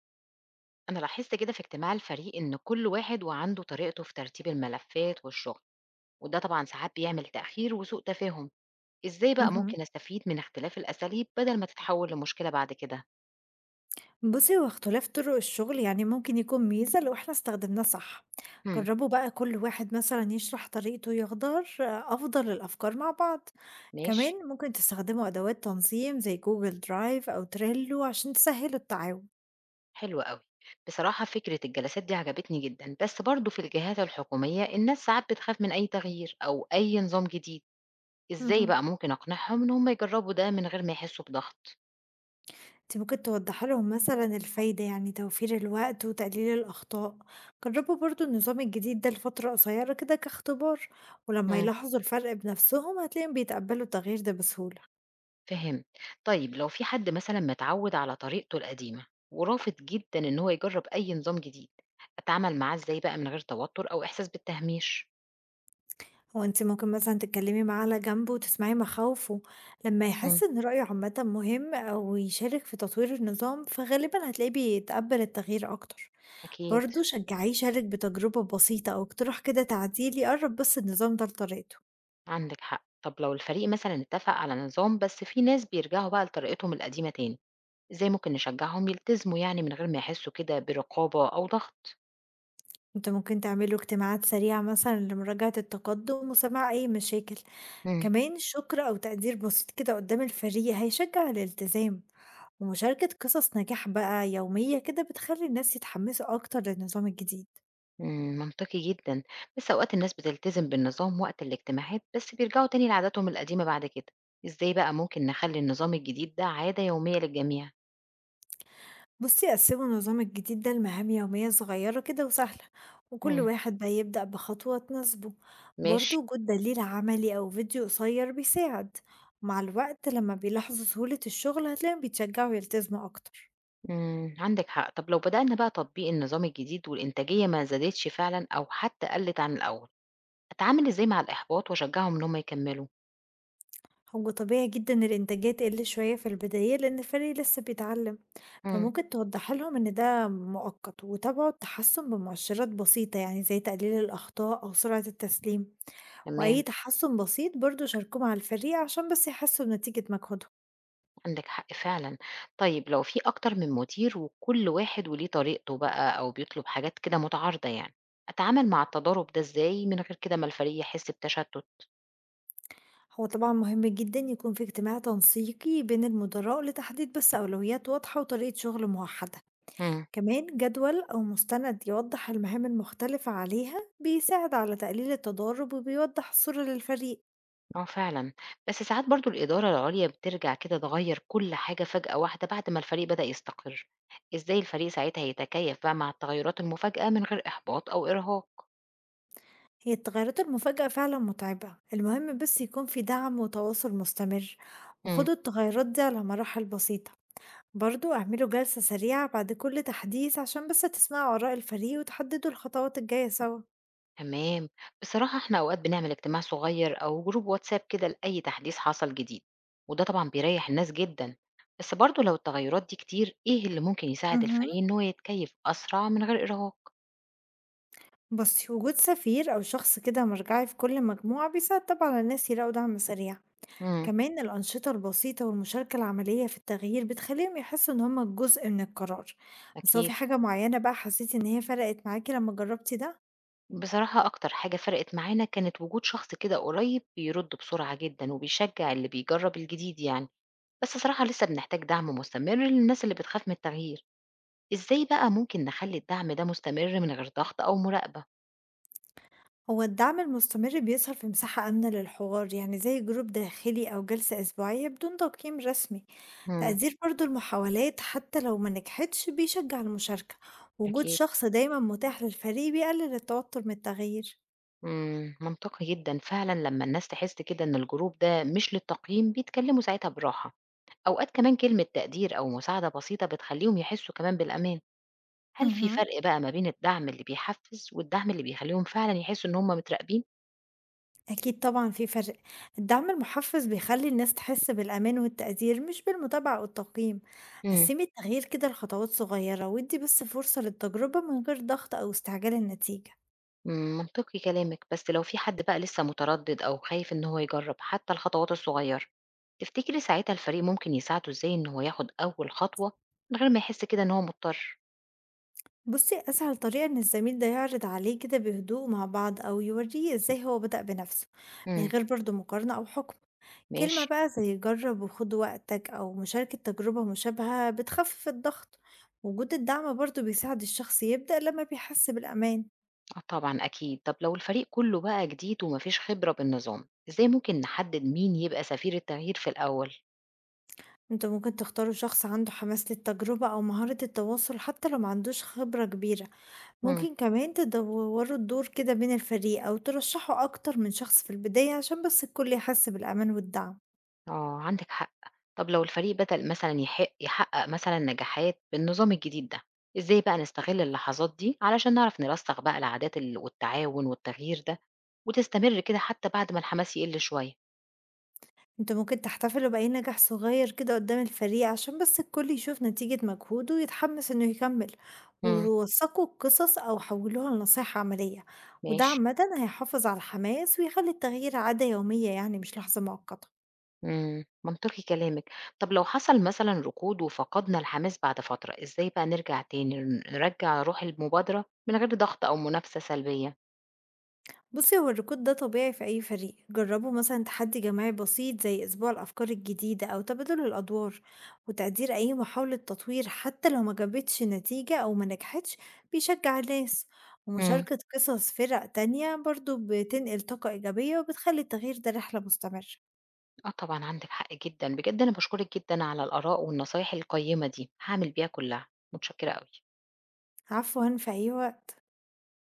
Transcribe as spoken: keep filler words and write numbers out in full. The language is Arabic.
أنا لاحظت كده في اجتماع الفريق إن كل واحد وعنده طريقته في ترتيب الملفات والشغل، وده طبعا ساعات بيعمل تأخير وسوء تفاهم. إزاي بقى اهم. ممكن أستفيد من اختلاف الأساليب بدل ما تتحول لمشكلة بعد كده؟ بُصّي، هو اختلاف طرق الشغل يعني ممكن يكون ميزة لو إحنا استخدمناه صح. هم. جرّبوا بقى كل واحد مثلًا يشرح طريقته يختار أفضل الأفكار مع بعض. ماشي. كمان ممكن تستخدموا أدوات تنظيم زي Google Drive أو Trello عشان تسهّلوا التعاون. حلو قوي. بصراحة فكرة الجلسات دي عجبتني جدا، بس برضو في الجهات الحكومية الناس ساعات بتخاف من أي تغيير أو أي نظام جديد. إزاي اهم. بقى ممكن أقنعهم إن هم يجربوا ده من غير ما يحسوا بضغط؟ أنتِ ممكن توضّحي لهم مثلًا الفايدة، يعني توفير الوقت وتقليل الأخطاء. جرّبوا برضه النظام الجديد ده لفترة قصيّرة كده كاختبار، ولمّا يلاحظوا الفرق بنفسهم هتلاقيهم بيتقبّلوا التغيير ده بسهولة. فهمت. طيب لو في حد مثلًا متعوّد على طريقته القديمة، ورافض جدًا إن هو يجرّب أي نظام جديد، أتعامل معاه إزاي بقى من غير توتُّر أو إحساس بالتهميش؟ هو أنتِ ممكن مثلًا تتكلمي معاه على جنبه وتسمعي مخاوفه، لمّا يحس إمم، إن رأيه عامةً مهم أو يشارك في تطوير النظام، فغالبًا هتلاقيه بيتقبل التغيير أكتر. أكيد. برضه شجعيه يشارك بتجربة بسيطة أو اقتراح كده تعديل يقرب بس النظام ده لطريقته. عندِك حق. طب لو الفريق مثلًا اتفق على نظام بس في ناس بيرجعوا بقى لطريقتهم القديمة تاني، إزاي ممكن نشجّعهم يلتزموا يعني من غير ما يحسّوا كده برقابة أو ضغط؟ أنتم ممكن تعملوا اجتماعات سريعة مثلًا لمراجعة التقدم وسماع أي مشاكل. إمم. كمان شكر أو تقدير بسيط كده قدام الفريق هيشجع الالتزام، ومشاركة قصص نجاح بقى يومية كده بتخلي الناس يتحمسوا أكتر للنظام الجديد. إمم، منطقي جدًا، بس أوقات الناس بتلتزم بالنظام وقت الاجتماعات، بس بيرجعوا تاني لعاداتهم القديمة بعد كده، إزاي بقى ممكن نخلّي النظام الجديد ده عادة يومية للجميع؟ بُصّي، قسّموا النظام الجديد ده لمهام يومية صغيّرة كده وسهلة، وكل إمم. واحد بقى يبدأ بخطوة تناسبه. برضه ماشي. وجود دليل عملي أو فيديو قصيّر بيساعد، ومع الوقت لمّا بيلاحظوا سهولة الشغل هتلاقيهم بيتشجعوا يلتزموا أكتر. إمم، عندِك حق، طب لو بدأنا بقى تطبيق النظام الجديد والإنتاجية ما زادتش فعلًا أو حتى قلِّت عن الأول، أتعامل إزاي مع الإحباط وأشجعهم إن هم يكمّلوا؟ هو طبيعي جدًا الإنتاجية تقل شوية في البداية لإن الفريق لسه بيتعلم. إمم. فممكن توضّحي لهم إن ده مؤقت وتابعوا التحسّن بمؤشرات بسيطة يعني زي تقليل الأخطاء أو سرعة التسليم. وأي تمام. تحسُّن بسيط برضه شاركوه مع الفريق عشان بس يحسّوا بنتيجة مجهودهم. عندِك حق فعلًا. طيب لو في أكتر من مدير وكل واحد وليه طريقته بقى أو بيطلب حاجات كده متعارضة يعني، أتعامل مع التضارب ده إزاي من غير كده ما الفريق يحس بتشتُّت؟ هو طبعًا مهم جدًا يكون في اجتماع تنسيقي بين المدراء لتحديد بس أولويات واضحة وطريقة شغل موحدة. إمم. كمان جدول أو مستند يوضّح المهام المختلفة عليها بيساعد على تقليل التضارب وبيوضّح الصورة للفريق. آه فعلًا. بس ساعات برضه الإدارة العُليا بترجع كده تغيّر كل حاجة فجأة واحدة بعد ما الفريق بدأ يستقر. إزاي الفريق ساعتها يتكيّف بقى مع التغيُّرات المفاجئة من غير إحباط أو إرهاق؟ هي التغيرات المفاجئة فعلًا مُتعبة، المهم بس يكون في دعم وتواصل مستمر، إمم. وخدوا التغيرات دي على مراحل بسيطة. برضو اعملوا جلسة سريعة بعد كل تحديث عشان بس تسمعوا آراء الفريق وتحددوا الخطوات الجاية سوا. تمام. بصراحة احنا اوقات بنعمل اجتماع صغير او جروب واتساب كده لأي تحديث حصل جديد، وده طبعا بيريح الناس جدا. بس برضو لو التغيرات دي كتير، ايه اللي ممكن يساعد الفريق مهم. ان هو يتكيف اسرع من غير ارهاق؟ بصي وجود سفير أو شخص كده مرجعي في كل مجموعة بيساعد طبعا الناس يلاقوا دعم سريع. امم. كمان الأنشطة البسيطة والمشاركة العملية في التغيير بتخليهم يحسوا إن هما جزء من القرار. بس هو في أكيد. حاجة معينة بقى حسيتي إن هي فرقت معاكي لما جربتي ده؟ بصراحة اكتر حاجة فرقت معانا كانت وجود شخص كده قريب بيرد بسرعة جدا وبيشجع اللي بيجرب الجديد يعني. بس صراحة لسه بنحتاج دعم مستمر للناس اللي بتخاف من التغيير. ازاي بقى ممكن نخلي الدعم ده مستمر من غير ضغط او مراقبة؟ هو الدعم المستمر بيظهر في مساحة آمنة للحوار يعني زي جروب داخلي أو جلسة أسبوعية بدون تقييم رسمي. امم. تقدير برضو المحاولات حتى لو ما نجحتش بيشجع المشاركة. وجود أكيد. شخص دايما متاح للفريق بيقلل التوتر من التغيير. إمم، منطقي جدًا فعلًا لمّا الناس تحس كده إن الجروب ده مش للتقييم، بيتكلموا ساعتها براحة، أوقات كمان كلمة تقدير أو مساعدة بسيطة بتخلّيهم يحسّوا كمان بالأمان. هل في مهم. فرق بقى ما بين الدعم اللي بيحفّز والدعم اللي بيخلّيهم فعلًا يحسّوا إن هُم متراقبين؟ أكيد طبعا في فرق. الدعم المحفز بيخلي الناس تحس بالأمان والتقدير مش بالمتابعة أو التقييم. إمم. قسمي التغيير كده لخطوات صغيرة ودي بس فرصة للتجربة من غير ضغط أو استعجال النتيجة. إمم، منطقي كلامِك، بس لو في حد بقى لسه متردد أو خايف إن هو يجرّب حتى الخطوات الصغيّرة، تفتكري ساعتها الفريق ممكن يساعده إزاي إن هو ياخد أول خطوة من غير ما يحس كده إن هو مضطر؟ بُصّي، أسهل طريقة إن الزميل ده يعرض عليه كده بهدوء مع بعض أو يورّيه إزاي هو بدأ بنفسه، من إمم. غير برضه مقارنة أو حكم. كلمة ماشي. بقى زي جرّب وخُد وقتك أو مشاركة تجربة مشابهة بتخفف الضغط، وجود الدعم برضه بيساعد الشخص يبدأ لمّا بيحس بالأمان. آه طبعًا أكيد، طب لو الفريق كله بقى جديد وما فيش خبرة بالنظام، إزاي ممكن نحدد مين يبقى سفير التغيير في الأول؟ أنتم ممكن تختاروا شخص عنده حماس للتجربة أو مهارة التواصل حتى لو ما عندوش خبرة كبيرة. مم. ممكن كمان تدوّروا الدور كده بين الفريق أو ترشّحوا أكتر من شخص في البداية عشان بس الكل يحس بالأمان والدعم. آه عندِك حق، طب لو الفريق بدأ مثلًا يحق يحقق مثلًا نجاحات بالنظام الجديد ده، إزاي بقى نستغل اللحظات دي علشان نعرف نرسخ بقى العادات ال والتعاون والتغيير ده وتستمر كده حتى بعد ما الحماس يقل شوية؟ انتوا ممكن تحتفلوا بأي نجاح صغير كده قدام الفريق عشان بس الكل يشوف نتيجة مجهوده ويتحمس انه يكمل. مم. ووثقوا القصص او حولوها لنصايح عملية. وده ماشي. عامة هيحافظ على الحماس ويخلي التغيير عادة يومية يعني مش لحظة مؤقتة. إمم، منطقي كلامِك. طب لو حصل مثلًا ركود وفقدنا الحماس بعد فترة، إزاي بقى نرجع تاني ن نرجّع روح المبادرة من غير ضغط أو منافسة سلبية؟ بصي هو الركود ده طبيعي في أي فريق. جربوا مثلا تحدي جماعي بسيط زي أسبوع الأفكار الجديدة أو تبادل الأدوار. وتقدير أي محاولة تطوير حتى لو ما جابتش نتيجة أو ما نجحتش بيشجع الناس. إمم، ومشاركة قصص فرق تانية برضو بتنقل طاقة إيجابية وبتخلي التغيير ده رحلة مستمرة. آه طبعًا عندِك حق جدًا، بجد أنا باشكرِك جدًا على الآراء والنصايح القيّمة دي، هاعمل بيها كلّها، متشكرة أوي. عفوا في أي وقت